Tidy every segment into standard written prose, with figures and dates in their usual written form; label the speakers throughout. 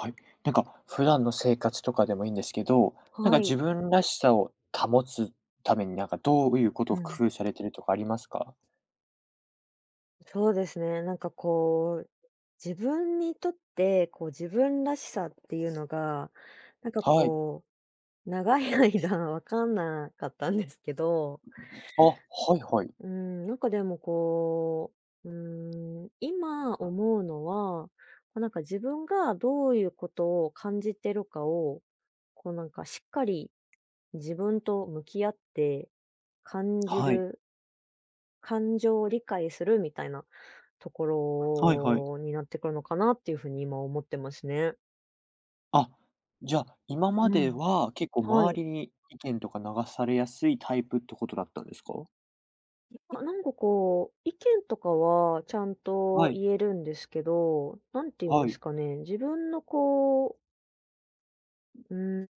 Speaker 1: はい。なんか普段の生活とかでもいいんですけど、なん
Speaker 2: は
Speaker 1: か
Speaker 2: い。
Speaker 1: 自分らしさを保つために、なんかどういうこ
Speaker 2: う
Speaker 1: とを
Speaker 2: ん、
Speaker 1: 工夫されてるとかありますか？
Speaker 2: そうですね。自分にとって、こう自分らしさっていうのが、なんか
Speaker 1: はい。
Speaker 2: こ長い間 わかんなかったんですけど、
Speaker 1: あ、はいはい。
Speaker 2: うん、なんかでもう、う今思うのは、なんか自分がどういうことを感じてるかを、しっかり自分と向き合って感じ
Speaker 1: はい。
Speaker 2: る感情を理解するみたいなとこ
Speaker 1: はいはい。
Speaker 2: ろになってくるのかなっていうふうに今思ってますね。
Speaker 1: あ、じゃあ、今ま
Speaker 2: う
Speaker 1: で
Speaker 2: ん。
Speaker 1: は結構
Speaker 2: は
Speaker 1: 周
Speaker 2: い。
Speaker 1: りに意見とか流されやすいタイプってことだったんですか？
Speaker 2: あ、意見とかはちゃんと
Speaker 1: はい。
Speaker 2: 言えるんですけど、なんて言うん
Speaker 1: は
Speaker 2: です
Speaker 1: い。
Speaker 2: かね、自分のう、うん、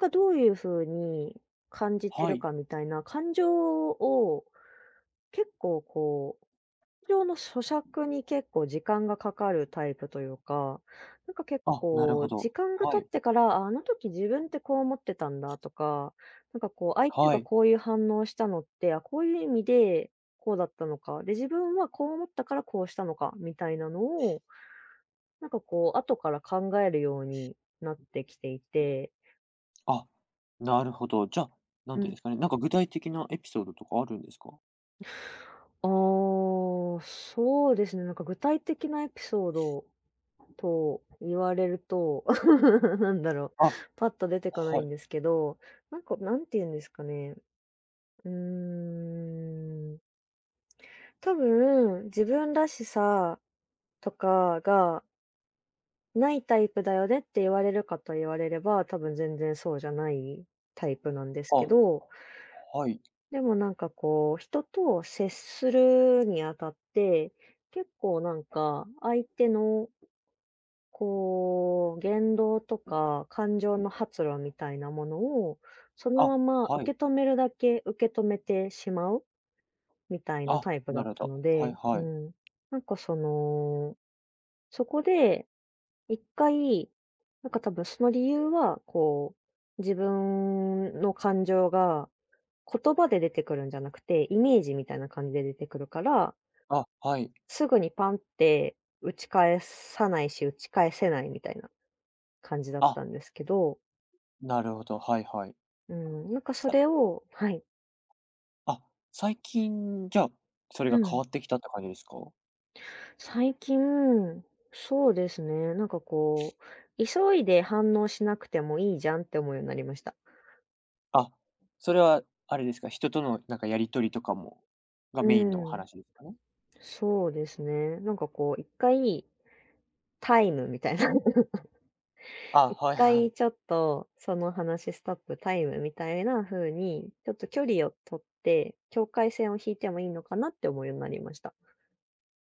Speaker 2: がどういうふうに感じて
Speaker 1: は
Speaker 2: る
Speaker 1: い。
Speaker 2: かみたいな感情を結構こう、通常の咀嚼に結構時間がかかるタイプというか、なんか結
Speaker 1: あ、なる
Speaker 2: 構
Speaker 1: ほ
Speaker 2: 時
Speaker 1: ど。
Speaker 2: 間が経
Speaker 1: はい。
Speaker 2: ってから、ああの時自分ってこう思ってたんだとか、相手
Speaker 1: は
Speaker 2: が
Speaker 1: い。
Speaker 2: こういう反応したのって、あ、こういう意味でこうだったのか、で、自分はこう思ったからこうしたのかみたいなのを、後から考えるようになってきていて、
Speaker 1: あ、なるほど。じゃあ、なん
Speaker 2: う
Speaker 1: ていう
Speaker 2: ん。
Speaker 1: んですかね、なんか具体的なエピソードとかあるんですか？
Speaker 2: ああ、そうですね、なんか具体的なエピソードと言われると、なんだろ
Speaker 1: あ、
Speaker 2: う、パッと出てこない
Speaker 1: は
Speaker 2: ん
Speaker 1: い。
Speaker 2: ですけど、なんか、なんて言うんですかね。うーん、多分、自分らしさとかがないタイプだよねって言われるかと言われれば、多分全然そうじゃないタイプなんですけ
Speaker 1: あ、
Speaker 2: ど、
Speaker 1: はい。
Speaker 2: でも人と接するにあたって、結構なんか相手の言動とか感情の発露みたいなものを、その
Speaker 1: あ、
Speaker 2: まま
Speaker 1: は
Speaker 2: 受
Speaker 1: い。
Speaker 2: け止めるだけ受け止めてしまうみたいな
Speaker 1: あ、
Speaker 2: タイプだ
Speaker 1: な
Speaker 2: っ
Speaker 1: るほ
Speaker 2: た
Speaker 1: ど。
Speaker 2: の
Speaker 1: はい
Speaker 2: で、う
Speaker 1: はい。
Speaker 2: ん。なんかその、そこで一回、多分その理由は、自分の感情が言葉で出てくるんじゃなくて、イメージみたいな感じで出てくるから、
Speaker 1: あ、はい。
Speaker 2: すぐにパンって打ち返さないし、打ち返せないみたいな感じだっ
Speaker 1: あ、
Speaker 2: たんですけど、
Speaker 1: なるほど、はいはい。
Speaker 2: うん、なんかそ
Speaker 1: さ
Speaker 2: れをはい、
Speaker 1: あ、最近、じゃあ、それ
Speaker 2: う
Speaker 1: が変
Speaker 2: ん。
Speaker 1: わってきたって感じですか？
Speaker 2: 最近、そうですね、急いで反応しなくてもいいじゃんって思うようになりました。
Speaker 1: あ、それはあれですか、人とのなんかやり取りとかもが
Speaker 2: う
Speaker 1: メインの
Speaker 2: ん、
Speaker 1: 話ですかね？
Speaker 2: そうですね。なんかこう一回タイムみたいな、
Speaker 1: あ、
Speaker 2: 一
Speaker 1: はいは
Speaker 2: 回
Speaker 1: い。
Speaker 2: ちょっと、その話ストップタイムみたいな風に、ちょっと距離を取って、境界線を引いてもいいのかなって思うようになりました。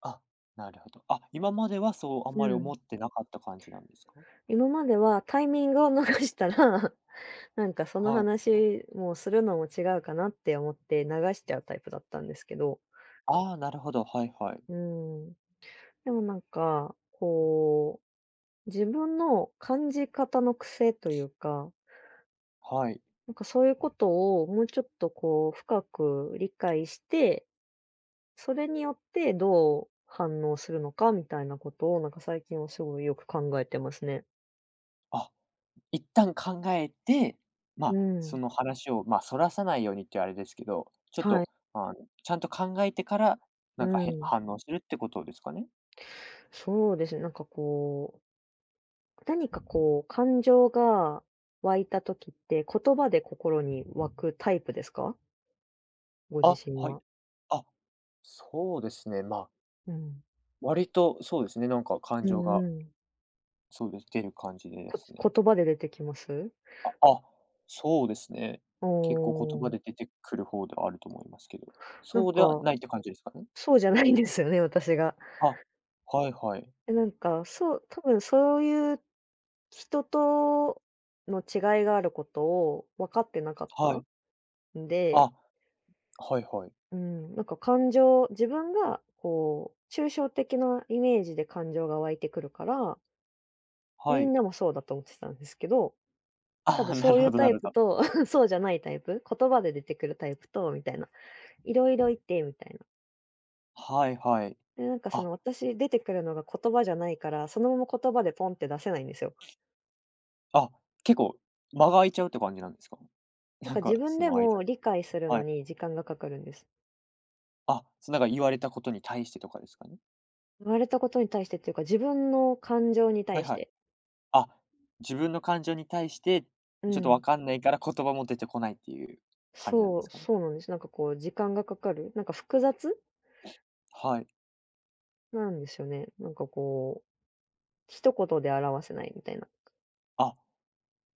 Speaker 1: あ、なるほど。あ、今まではそうあん
Speaker 2: う
Speaker 1: まり思
Speaker 2: ん。
Speaker 1: ってなかった感じなんですか？
Speaker 2: 今まではタイミングを逃したら、なんかその
Speaker 1: はい。
Speaker 2: 話、もうするのも違うかなって思って流しちゃうタイプだったんですけど、
Speaker 1: ああ、なるほど、はいはい。
Speaker 2: うん。でもなんか、自分の感じ方の癖というか、
Speaker 1: はい。
Speaker 2: なんかそういうことをもうちょっとこう深く理解して、それによってどう反応するのかみたいなことを、なんか最近はすごいよく考えてますね。
Speaker 1: あ一旦考えて、ま
Speaker 2: う
Speaker 1: あ、そ
Speaker 2: ん。
Speaker 1: の話を、まあ、そらさないようにって言うあれですけど、ちょっ
Speaker 2: は
Speaker 1: と、
Speaker 2: い。
Speaker 1: あの、ちゃんと考えてから、
Speaker 2: う
Speaker 1: なんか、へ
Speaker 2: ん。
Speaker 1: 反応するってことですかね？
Speaker 2: そうですね、何かこう感情が湧いた時って、言葉で心に湧くタイプですか？ご
Speaker 1: あ、
Speaker 2: 自身
Speaker 1: はい。
Speaker 2: は。
Speaker 1: あ、そうですね、まあ、
Speaker 2: うん。
Speaker 1: 割とそうですね、なんか感
Speaker 2: う
Speaker 1: 情
Speaker 2: ん
Speaker 1: が、
Speaker 2: うん。
Speaker 1: そうです、出る感じでで
Speaker 2: こ
Speaker 1: すね。
Speaker 2: 言葉で出てきます？
Speaker 1: あ、あ、そうですね。
Speaker 2: お
Speaker 1: 結構言葉
Speaker 2: お、
Speaker 1: で出てくる方ではあると思いますけど。
Speaker 2: なん
Speaker 1: そうでは
Speaker 2: か、
Speaker 1: ないって感じですかね？
Speaker 2: そうじゃないんですよね、私が。
Speaker 1: あ、はいはい。
Speaker 2: え、なんか、そう、多分そういう人との違いがあることを分かってなかっ
Speaker 1: は
Speaker 2: た
Speaker 1: い。
Speaker 2: んで、
Speaker 1: あ、はいはい。
Speaker 2: うん、なんか感情、自分がこう、抽象的なイメージで感情が湧いてくるから、
Speaker 1: は
Speaker 2: みん
Speaker 1: い。
Speaker 2: なもそうだと思ってたんですけど、多
Speaker 1: あ
Speaker 2: 分
Speaker 1: あ、なる
Speaker 2: そうい
Speaker 1: ほ
Speaker 2: う
Speaker 1: ど
Speaker 2: タ
Speaker 1: な
Speaker 2: イ
Speaker 1: る
Speaker 2: プ
Speaker 1: ほど。
Speaker 2: と、そうじゃないタイプ、言葉で出てくるタイプと、みたいな。いろいろいて、みたいな。
Speaker 1: はいはい。
Speaker 2: で、なんかその
Speaker 1: あ、
Speaker 2: 私出てくるのが言葉じゃないから、そのまま言葉でポンって出せないんですよ。
Speaker 1: あ、結構間が空いちゃうって感じなんですか？
Speaker 2: なん
Speaker 1: な
Speaker 2: か
Speaker 1: ん
Speaker 2: 自
Speaker 1: か
Speaker 2: 分
Speaker 1: そ
Speaker 2: で
Speaker 1: の間
Speaker 2: も理解する
Speaker 1: は
Speaker 2: の
Speaker 1: い。
Speaker 2: に時間がかかるんです。
Speaker 1: あ、そ、なんか言われたことに対してとかですかね？
Speaker 2: 言われたことに対してっていうか、自分の感情に
Speaker 1: はい
Speaker 2: 対し
Speaker 1: はい。
Speaker 2: て。
Speaker 1: あ、自分の感情に対して、ち
Speaker 2: う
Speaker 1: ょっとわ
Speaker 2: ん。
Speaker 1: かんないから言葉も出てこないっていう感じなんですかね？
Speaker 2: そうなんです。時間がかかる。なんか複雑
Speaker 1: はい。
Speaker 2: なんですよね。一言で表せないみたいな。
Speaker 1: あ、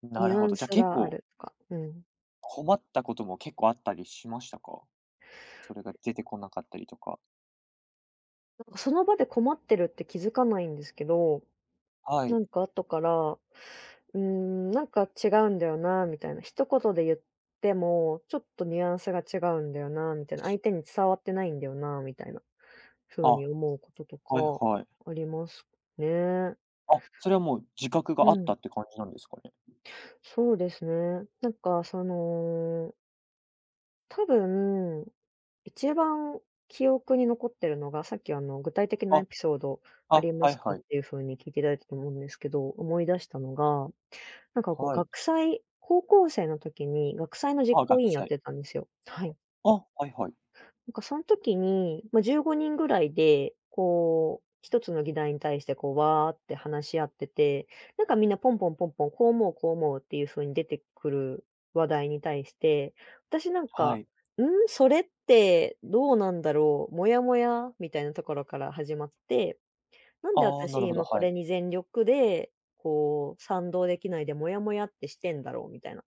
Speaker 1: な
Speaker 2: ニ
Speaker 1: る
Speaker 2: ュア
Speaker 1: ほ
Speaker 2: ン
Speaker 1: ど。じゃ、
Speaker 2: ス
Speaker 1: 結
Speaker 2: があ
Speaker 1: 構
Speaker 2: るとか。うん。
Speaker 1: 困ったことも結構あったりしましたか？それが出てこなかったりとか。
Speaker 2: なんかその場で困ってるって気づかないんですけど、
Speaker 1: は
Speaker 2: な
Speaker 1: い。
Speaker 2: んか後から、うーん、なんか違うんだよなみたいな、一言で言っても、ちょっとニュアンスが違うんだよなみたいな、相手に伝わってないんだよなみたいな
Speaker 1: あ、
Speaker 2: 風に思うことと
Speaker 1: はい
Speaker 2: か
Speaker 1: はい。
Speaker 2: ありますね。
Speaker 1: あ、それはもう自覚
Speaker 2: う
Speaker 1: があっ
Speaker 2: ん、
Speaker 1: たって感じなんですかね？
Speaker 2: そうですね。多分、一番記憶に残ってるのが、さっきあの具体的なエ
Speaker 1: あ、
Speaker 2: ピソードあ
Speaker 1: あ、
Speaker 2: りま
Speaker 1: はい
Speaker 2: すか
Speaker 1: は
Speaker 2: っ
Speaker 1: い。
Speaker 2: ていう風に聞いていただいたと思うんですけど、思い出したのが、なんかこう
Speaker 1: はい。
Speaker 2: 学祭高校生の時に学祭の実
Speaker 1: あ、
Speaker 2: 行委
Speaker 1: 学
Speaker 2: 員やっ
Speaker 1: 祭。
Speaker 2: てたんですよ。はい。
Speaker 1: あ、はいはい。
Speaker 2: なんかその時に、まあ、15人ぐらいで、こう、一つの議題に対してこうわーって話し合ってて、なんかみんなポンポンポンポン、こう思うこう思うっていう風に出てくる話題に対して、私なん
Speaker 1: は
Speaker 2: か、
Speaker 1: い。
Speaker 2: 「ん？それってどうなんだろう？モヤモヤ」みたいなところから始まって、なんで
Speaker 1: ああ、なる
Speaker 2: 私
Speaker 1: ほど、
Speaker 2: 今こ
Speaker 1: はい。
Speaker 2: れに全力でこう賛同できないでもやもやってしてんだろうみたいな。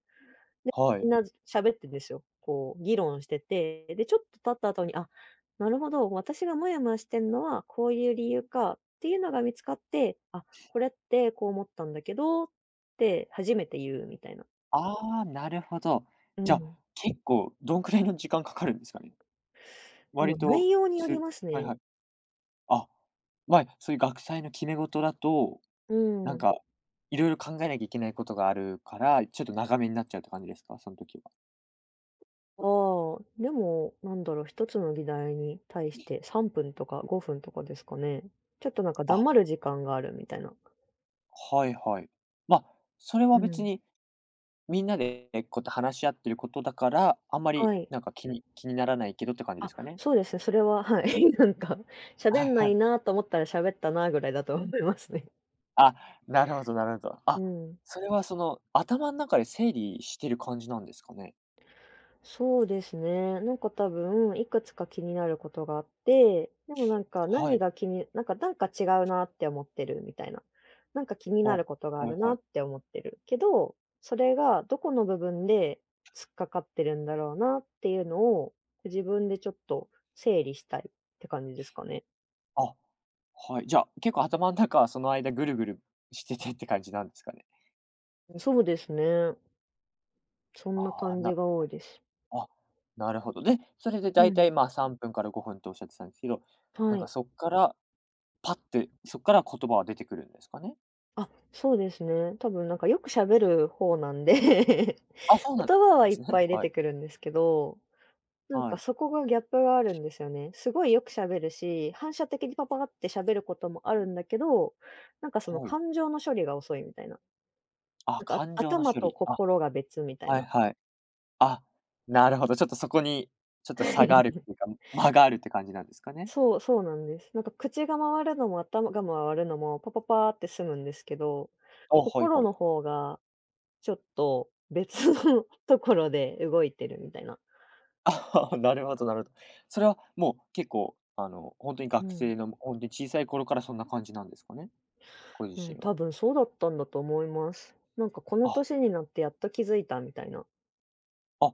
Speaker 1: は
Speaker 2: みん
Speaker 1: い。
Speaker 2: な喋ってんですよ。こう議論してて、で、ちょっと経った後に、あ、なるほど、私がモヤモヤしてんのはこういう理由かっていうのが見つかって、あ、これってこう思ったんだけどって初めて言うみたいな。
Speaker 1: ああ、なるほど。
Speaker 2: う
Speaker 1: じゃ、あ、
Speaker 2: ん。
Speaker 1: 結構どんくらいの時間かかるんですかね？
Speaker 2: でも
Speaker 1: 割と、
Speaker 2: 内容によ
Speaker 1: す、
Speaker 2: ります
Speaker 1: はい
Speaker 2: ね。
Speaker 1: はい。あ、まあ、そういう学祭の決め事だと、
Speaker 2: う
Speaker 1: なん
Speaker 2: ん。
Speaker 1: か、いろいろ考えなきゃいけないことがあるから、ちょっと長めになっちゃうって感じですか？その時は。
Speaker 2: ああ、でも、なんだろう、一つの議題に対して3分とか5分とかですかね。ちょっとなんか
Speaker 1: あ、
Speaker 2: 黙る時間があるみたいな。
Speaker 1: はいはい。ま、あ、それは
Speaker 2: う
Speaker 1: 別
Speaker 2: ん。
Speaker 1: にみんなでこうやって話し合ってることだから、あんまり
Speaker 2: はい。
Speaker 1: なんか気に気にならないけどって感じで
Speaker 2: あ、
Speaker 1: すかね？
Speaker 2: そうですね、それは、はい、なんか、喋
Speaker 1: はい
Speaker 2: んな
Speaker 1: は
Speaker 2: い
Speaker 1: い。
Speaker 2: なと思ったら喋ったなぐらいだと思いますね。
Speaker 1: あ、なるほどなるほど。
Speaker 2: う
Speaker 1: あ、
Speaker 2: ん。
Speaker 1: それはその、頭の中で整理してる感じなんですかね？
Speaker 2: そうですね。なんか多分、いくつか気になることがあって、でもなんか
Speaker 1: は
Speaker 2: 何
Speaker 1: い。
Speaker 2: が気になんかなんか違うなって思ってるみたいな。なんか気に
Speaker 1: あ、
Speaker 2: な
Speaker 1: は
Speaker 2: ることがあ
Speaker 1: い
Speaker 2: るな
Speaker 1: は
Speaker 2: っ
Speaker 1: い。
Speaker 2: て思ってるけど、それがどこの部分で突っかかってるんだろうなっていうのを、自分でちょっと整理したいって感じですかね。
Speaker 1: あ、はい。じゃあ、結構頭の中はその間ぐるぐるしててって感じなんですかね？
Speaker 2: そうですね。そんな
Speaker 1: ああ、
Speaker 2: 感じ
Speaker 1: な
Speaker 2: が多いです。
Speaker 1: あ、なるほど。で、それでだ
Speaker 2: う
Speaker 1: いた
Speaker 2: ん、
Speaker 1: い、まあ、3分から5分とおっしゃってたんですけど、
Speaker 2: は
Speaker 1: なんか
Speaker 2: い。
Speaker 1: そっから、パッて、そっから言葉は出てくるんですかね？
Speaker 2: あ、そうですね。多分なんかよく喋る方なんで
Speaker 1: あ、そうなん
Speaker 2: 言葉は
Speaker 1: で
Speaker 2: いっ
Speaker 1: すね。
Speaker 2: ぱ い出
Speaker 1: は
Speaker 2: て
Speaker 1: い。
Speaker 2: くるんですけど、なん
Speaker 1: は
Speaker 2: か
Speaker 1: い。
Speaker 2: そこがギャップがあるんですよね。すごいよく喋るし、反射的にパパって喋ることもあるんだけど、なんかその
Speaker 1: はい。
Speaker 2: 感情の処理が遅いみたいな。な
Speaker 1: あ、
Speaker 2: んかあ
Speaker 1: 感情の
Speaker 2: 頭
Speaker 1: 処
Speaker 2: と
Speaker 1: 理。あ、
Speaker 2: 心が別みたい
Speaker 1: はい
Speaker 2: な。
Speaker 1: はい。あ、なるほど、ちょっとそこに、ちょっと差があるっていう か、間があるって感じなんですかね？
Speaker 2: そうなんです。なんか口が回るのも頭が回るのもパパパーって済むんですけど、
Speaker 1: お、はい
Speaker 2: 心
Speaker 1: はい。
Speaker 2: の方がちょっと別の ところで動いてるみたいな。
Speaker 1: ああ、なるほどなるほど。それはもう結構、ほんとに
Speaker 2: う
Speaker 1: 学
Speaker 2: ん。
Speaker 1: 生のほんとに小さい頃からそんな感じなんですかね？ご自
Speaker 2: うん、
Speaker 1: 身
Speaker 2: 多
Speaker 1: は。
Speaker 2: 分そうだったんだと思います。なんかこの
Speaker 1: あ、
Speaker 2: 年になってやっと気づいたみたいな。
Speaker 1: あ、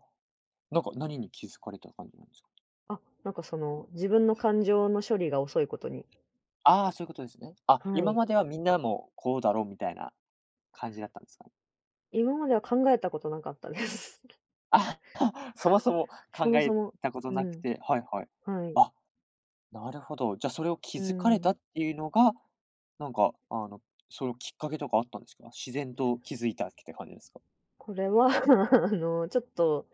Speaker 1: なんか何に気づかれた感じなんですか？
Speaker 2: あ、なんかその自分の感情の処理が遅いことに。
Speaker 1: ああ、そういうことですね。あ、
Speaker 2: は
Speaker 1: 今
Speaker 2: い。
Speaker 1: まではみんなもこうだろうみたいな感じだったんですかね？
Speaker 2: 今までは考えたことなかったです。
Speaker 1: あ、そもそも考
Speaker 2: そもそ
Speaker 1: え
Speaker 2: も。
Speaker 1: たこと
Speaker 2: う
Speaker 1: なく
Speaker 2: ん。
Speaker 1: てはいはい。
Speaker 2: はい。
Speaker 1: あなるほど。じゃ、あそれを気
Speaker 2: う
Speaker 1: づかれた
Speaker 2: ん。
Speaker 1: っていうのが、なんか、そのきっかけとかあったんですか？自然と気づいたって感じですか？
Speaker 2: これは ちょっと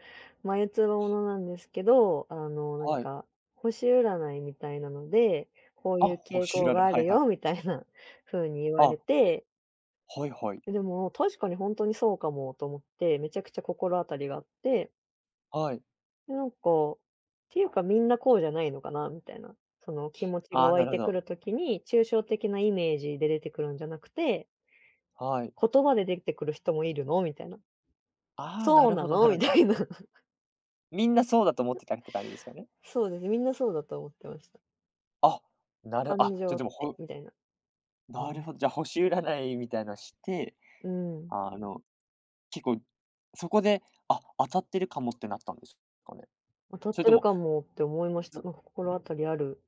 Speaker 2: 前つばものなんですけど、
Speaker 1: はい。
Speaker 2: 星占いみたいなので、こう
Speaker 1: あ、
Speaker 2: いう傾
Speaker 1: 星
Speaker 2: 向
Speaker 1: 占い、
Speaker 2: があ
Speaker 1: は
Speaker 2: る
Speaker 1: いはい。
Speaker 2: よみたいな風 に言わ
Speaker 1: あ、
Speaker 2: れて、
Speaker 1: はいはい。
Speaker 2: でも確かに本当にそうかもと思って、めちゃくちゃ心当たりがあって、
Speaker 1: はい。
Speaker 2: で、なんか、っていうかみんなこうじゃないのかなみたいな、その気持ち
Speaker 1: あ
Speaker 2: が
Speaker 1: あ、
Speaker 2: 湧
Speaker 1: な
Speaker 2: い
Speaker 1: るほ
Speaker 2: てく
Speaker 1: ど。
Speaker 2: るときに、抽象的なイメージで出てくるんじゃなくて、
Speaker 1: はい。
Speaker 2: 言葉で出てくる人もいるのみたいな。
Speaker 1: ああ、な
Speaker 2: そう
Speaker 1: る
Speaker 2: な
Speaker 1: ほどな
Speaker 2: の
Speaker 1: る
Speaker 2: み
Speaker 1: ほ
Speaker 2: た
Speaker 1: ど。
Speaker 2: いな。
Speaker 1: みんなそうだと思ってたって感じですかね？
Speaker 2: そうですね、みんなそうだと思ってました。
Speaker 1: あ、なる
Speaker 2: 感
Speaker 1: あ、
Speaker 2: 情
Speaker 1: じゃ、
Speaker 2: っ
Speaker 1: でも、
Speaker 2: て、
Speaker 1: ほ
Speaker 2: みたいな。う
Speaker 1: なる
Speaker 2: ん。
Speaker 1: ほど、じゃ、あ星占いみたいなのして、
Speaker 2: うん。
Speaker 1: あの、結構そこで、あ、当たってるかもってなったんですかね？
Speaker 2: 当たっ
Speaker 1: それ
Speaker 2: て
Speaker 1: と
Speaker 2: る
Speaker 1: も
Speaker 2: かもって思いました。なんか心当たりある。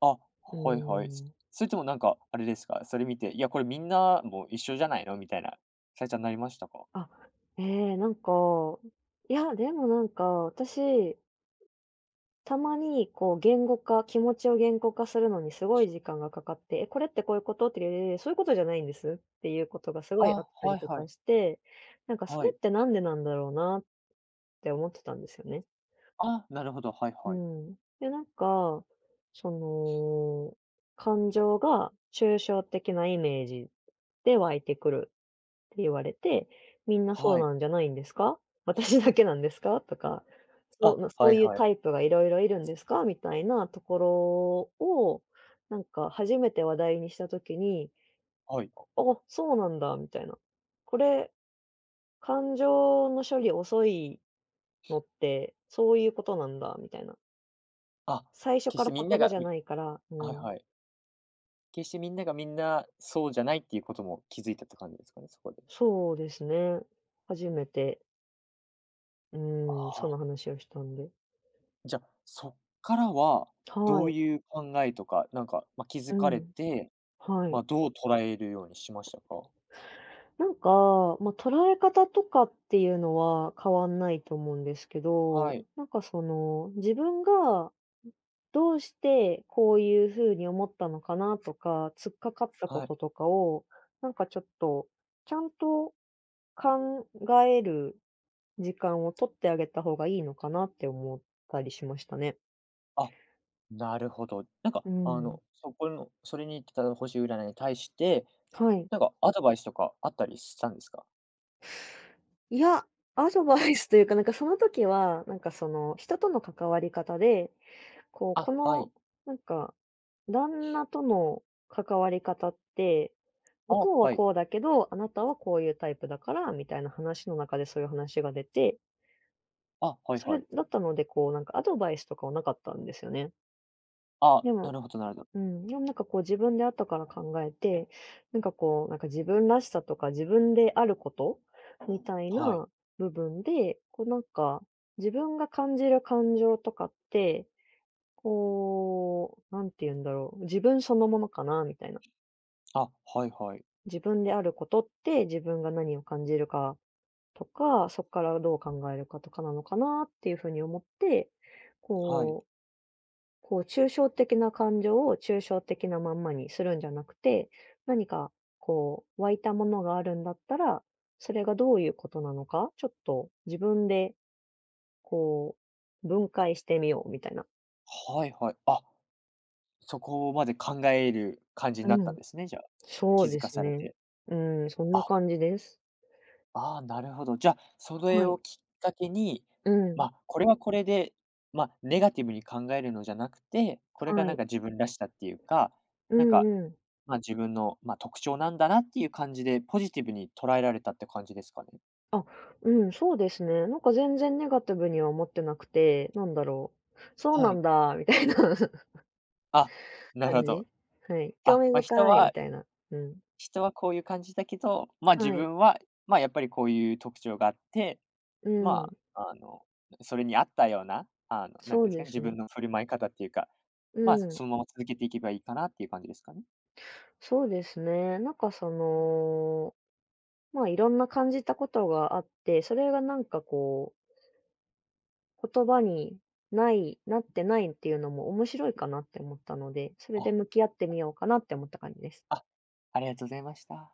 Speaker 1: あ、は
Speaker 2: うー
Speaker 1: いはい。す
Speaker 2: ん。
Speaker 1: それともなんか、あれですか、それ見て、いや、これみんなもう一緒じゃないのみたいな、さいちゃんなりましたか？
Speaker 2: あ、ええ、なんか、いや、でもなんか、私、たまにこう言語化、気持ちを言語化するのにすごい時間がかかって、え、これってこういうこと？って言われて、そういうことじゃないんですっていうことがすごいあ
Speaker 1: あ、
Speaker 2: ったり
Speaker 1: はい
Speaker 2: と
Speaker 1: は
Speaker 2: か
Speaker 1: い。
Speaker 2: して、なんかそ
Speaker 1: は
Speaker 2: れ
Speaker 1: い。
Speaker 2: ってなんでなんだろうなって思ってたんですよね。
Speaker 1: あ、なるほど、はい
Speaker 2: う
Speaker 1: はい。
Speaker 2: ん。で、なんか、その、感情が抽象的なイメージで湧いてくるって言われて、みんなそう
Speaker 1: はい。
Speaker 2: なんじゃないんですか？私だけなんですか？とか、そ
Speaker 1: あ、
Speaker 2: うなそ
Speaker 1: は
Speaker 2: う
Speaker 1: い
Speaker 2: いう
Speaker 1: はい。
Speaker 2: タイプがいろいろいるんですか？みたいなところを、なんか初めて話題にした時に、
Speaker 1: はい。
Speaker 2: あ、そうなんだみたいな。これ、感情の処理遅いのってそういうことなんだみたいな。
Speaker 1: あ、
Speaker 2: 最初
Speaker 1: 決
Speaker 2: か
Speaker 1: して
Speaker 2: ら
Speaker 1: みんな
Speaker 2: 言葉
Speaker 1: が
Speaker 2: じゃ
Speaker 1: み
Speaker 2: ないから。う
Speaker 1: はい
Speaker 2: ん。
Speaker 1: はい。決してみんながみんなそうじゃないっていうことも気づいたって感じですかね、そこで。
Speaker 2: そうですね。初めて、
Speaker 1: あ
Speaker 2: うん、そ
Speaker 1: あ、
Speaker 2: の話をしたんで。
Speaker 1: じゃ、そっからは、ど
Speaker 2: は
Speaker 1: う
Speaker 2: い。
Speaker 1: いう考えとか、なんか、ま、気
Speaker 2: う
Speaker 1: づかれ
Speaker 2: ん。
Speaker 1: て、
Speaker 2: はい。
Speaker 1: ま、どう捉えるようにしましたか？
Speaker 2: なんか、捉え方とかっていうのは変わんないと思うんですけ
Speaker 1: は
Speaker 2: ど、
Speaker 1: い、
Speaker 2: 自分がどうしてこういう風に思ったのかなとか、突っかかったこ
Speaker 1: はい。
Speaker 2: ととかを、なんかちょっと、ちゃんと考える時間を取ってあげた方がいいのかなって思ったりしましたね。
Speaker 1: あ、なるほど。なんか、
Speaker 2: うん。
Speaker 1: そこのそれに行ってた星占いに対して、
Speaker 2: はい。
Speaker 1: なんかアドバイスとかあったりしたんですか？
Speaker 2: いや、アドバイスというか、その時は、人との関わり方でこう、こ
Speaker 1: あ、は
Speaker 2: の、
Speaker 1: い。
Speaker 2: なんか、旦那との関わり方って、向
Speaker 1: あ、
Speaker 2: こうは
Speaker 1: はい。
Speaker 2: こうだけど、あなたはこういうタイプだから、みたいな話の中でそういう話が出て、
Speaker 1: あ、はい
Speaker 2: そ
Speaker 1: は
Speaker 2: れ
Speaker 1: い。
Speaker 2: だったので、こう、なんかアドバイスとかはなかったんですよね。
Speaker 1: あ、
Speaker 2: でも、
Speaker 1: なるほどなるほど。
Speaker 2: うん、でもなんかこう自分であったから考えて、自分らしさとか自分であることみたい
Speaker 1: はい。
Speaker 2: な部分で、自分が感じる感情とかって、こう、なんて言うんだろう、自分そのものかなみたいな。
Speaker 1: あ、はいはい。
Speaker 2: 自分であることって、自分が何を感じるかとか、そこからどう考えるかとかなのかなっていうふうに思って、
Speaker 1: はい。
Speaker 2: こう、こう抽象的な感情を抽象的なまんまにするんじゃなくて、何かこう湧いたものがあるんだったら、それがどういうことなのか、ちょっと自分でこう分解してみようみたいな。
Speaker 1: はいはい。あ、そこまで考える感じ
Speaker 2: う
Speaker 1: になったん
Speaker 2: ん、
Speaker 1: ですね、じゃあ。
Speaker 2: そ
Speaker 1: 気
Speaker 2: う
Speaker 1: づ
Speaker 2: で
Speaker 1: か
Speaker 2: す
Speaker 1: され
Speaker 2: ね。
Speaker 1: て。
Speaker 2: うん、そんな
Speaker 1: あ
Speaker 2: 感じです。
Speaker 1: ああ、なるほど。じゃあ、それ
Speaker 2: はい。
Speaker 1: をきっかけに、
Speaker 2: う
Speaker 1: ま
Speaker 2: ん。
Speaker 1: あ、これはこれで、まあ、ネガティブに考えるのじゃなくて、これが
Speaker 2: は
Speaker 1: なん
Speaker 2: い。
Speaker 1: か自分らしさっていうか、
Speaker 2: う
Speaker 1: なん
Speaker 2: ん
Speaker 1: か、
Speaker 2: うん。
Speaker 1: まあ、自分の、まあ、特徴なんだなっていう感じで、ポジティブに捉えられたって感じですかね？
Speaker 2: あ、うん、そうですね。なんか全然ネガティブには思ってなくて、なんだろう、そう
Speaker 1: は
Speaker 2: な
Speaker 1: い。
Speaker 2: んだみたいな
Speaker 1: あ、なる
Speaker 2: 感
Speaker 1: ほ
Speaker 2: じ。
Speaker 1: ど。
Speaker 2: はい。興
Speaker 1: あ、
Speaker 2: 味
Speaker 1: まあ、人
Speaker 2: 深いみ
Speaker 1: は
Speaker 2: たいな。うん。
Speaker 1: 人はこういう感じだけど、まあ、自
Speaker 2: はい。
Speaker 1: 分は、まあ、やっぱりこういう特徴があって
Speaker 2: うん。
Speaker 1: まあ、それに合ったような、なん
Speaker 2: そ
Speaker 1: ていうん
Speaker 2: う
Speaker 1: ですか
Speaker 2: で
Speaker 1: ね、
Speaker 2: す
Speaker 1: 自分
Speaker 2: ね。
Speaker 1: の振る舞い方っていうか、
Speaker 2: う
Speaker 1: まあ、
Speaker 2: ん。
Speaker 1: そのまま続けていけばいいかなっていう感じですかね。
Speaker 2: そうですね。いろんな感じたことがあって、それがなんかこう、言葉にないなってないっていうのも面白いかなって思ったので、それ
Speaker 1: あ。
Speaker 2: で向き合ってみようかなって思った感じです。
Speaker 1: あ、ありがとうございました。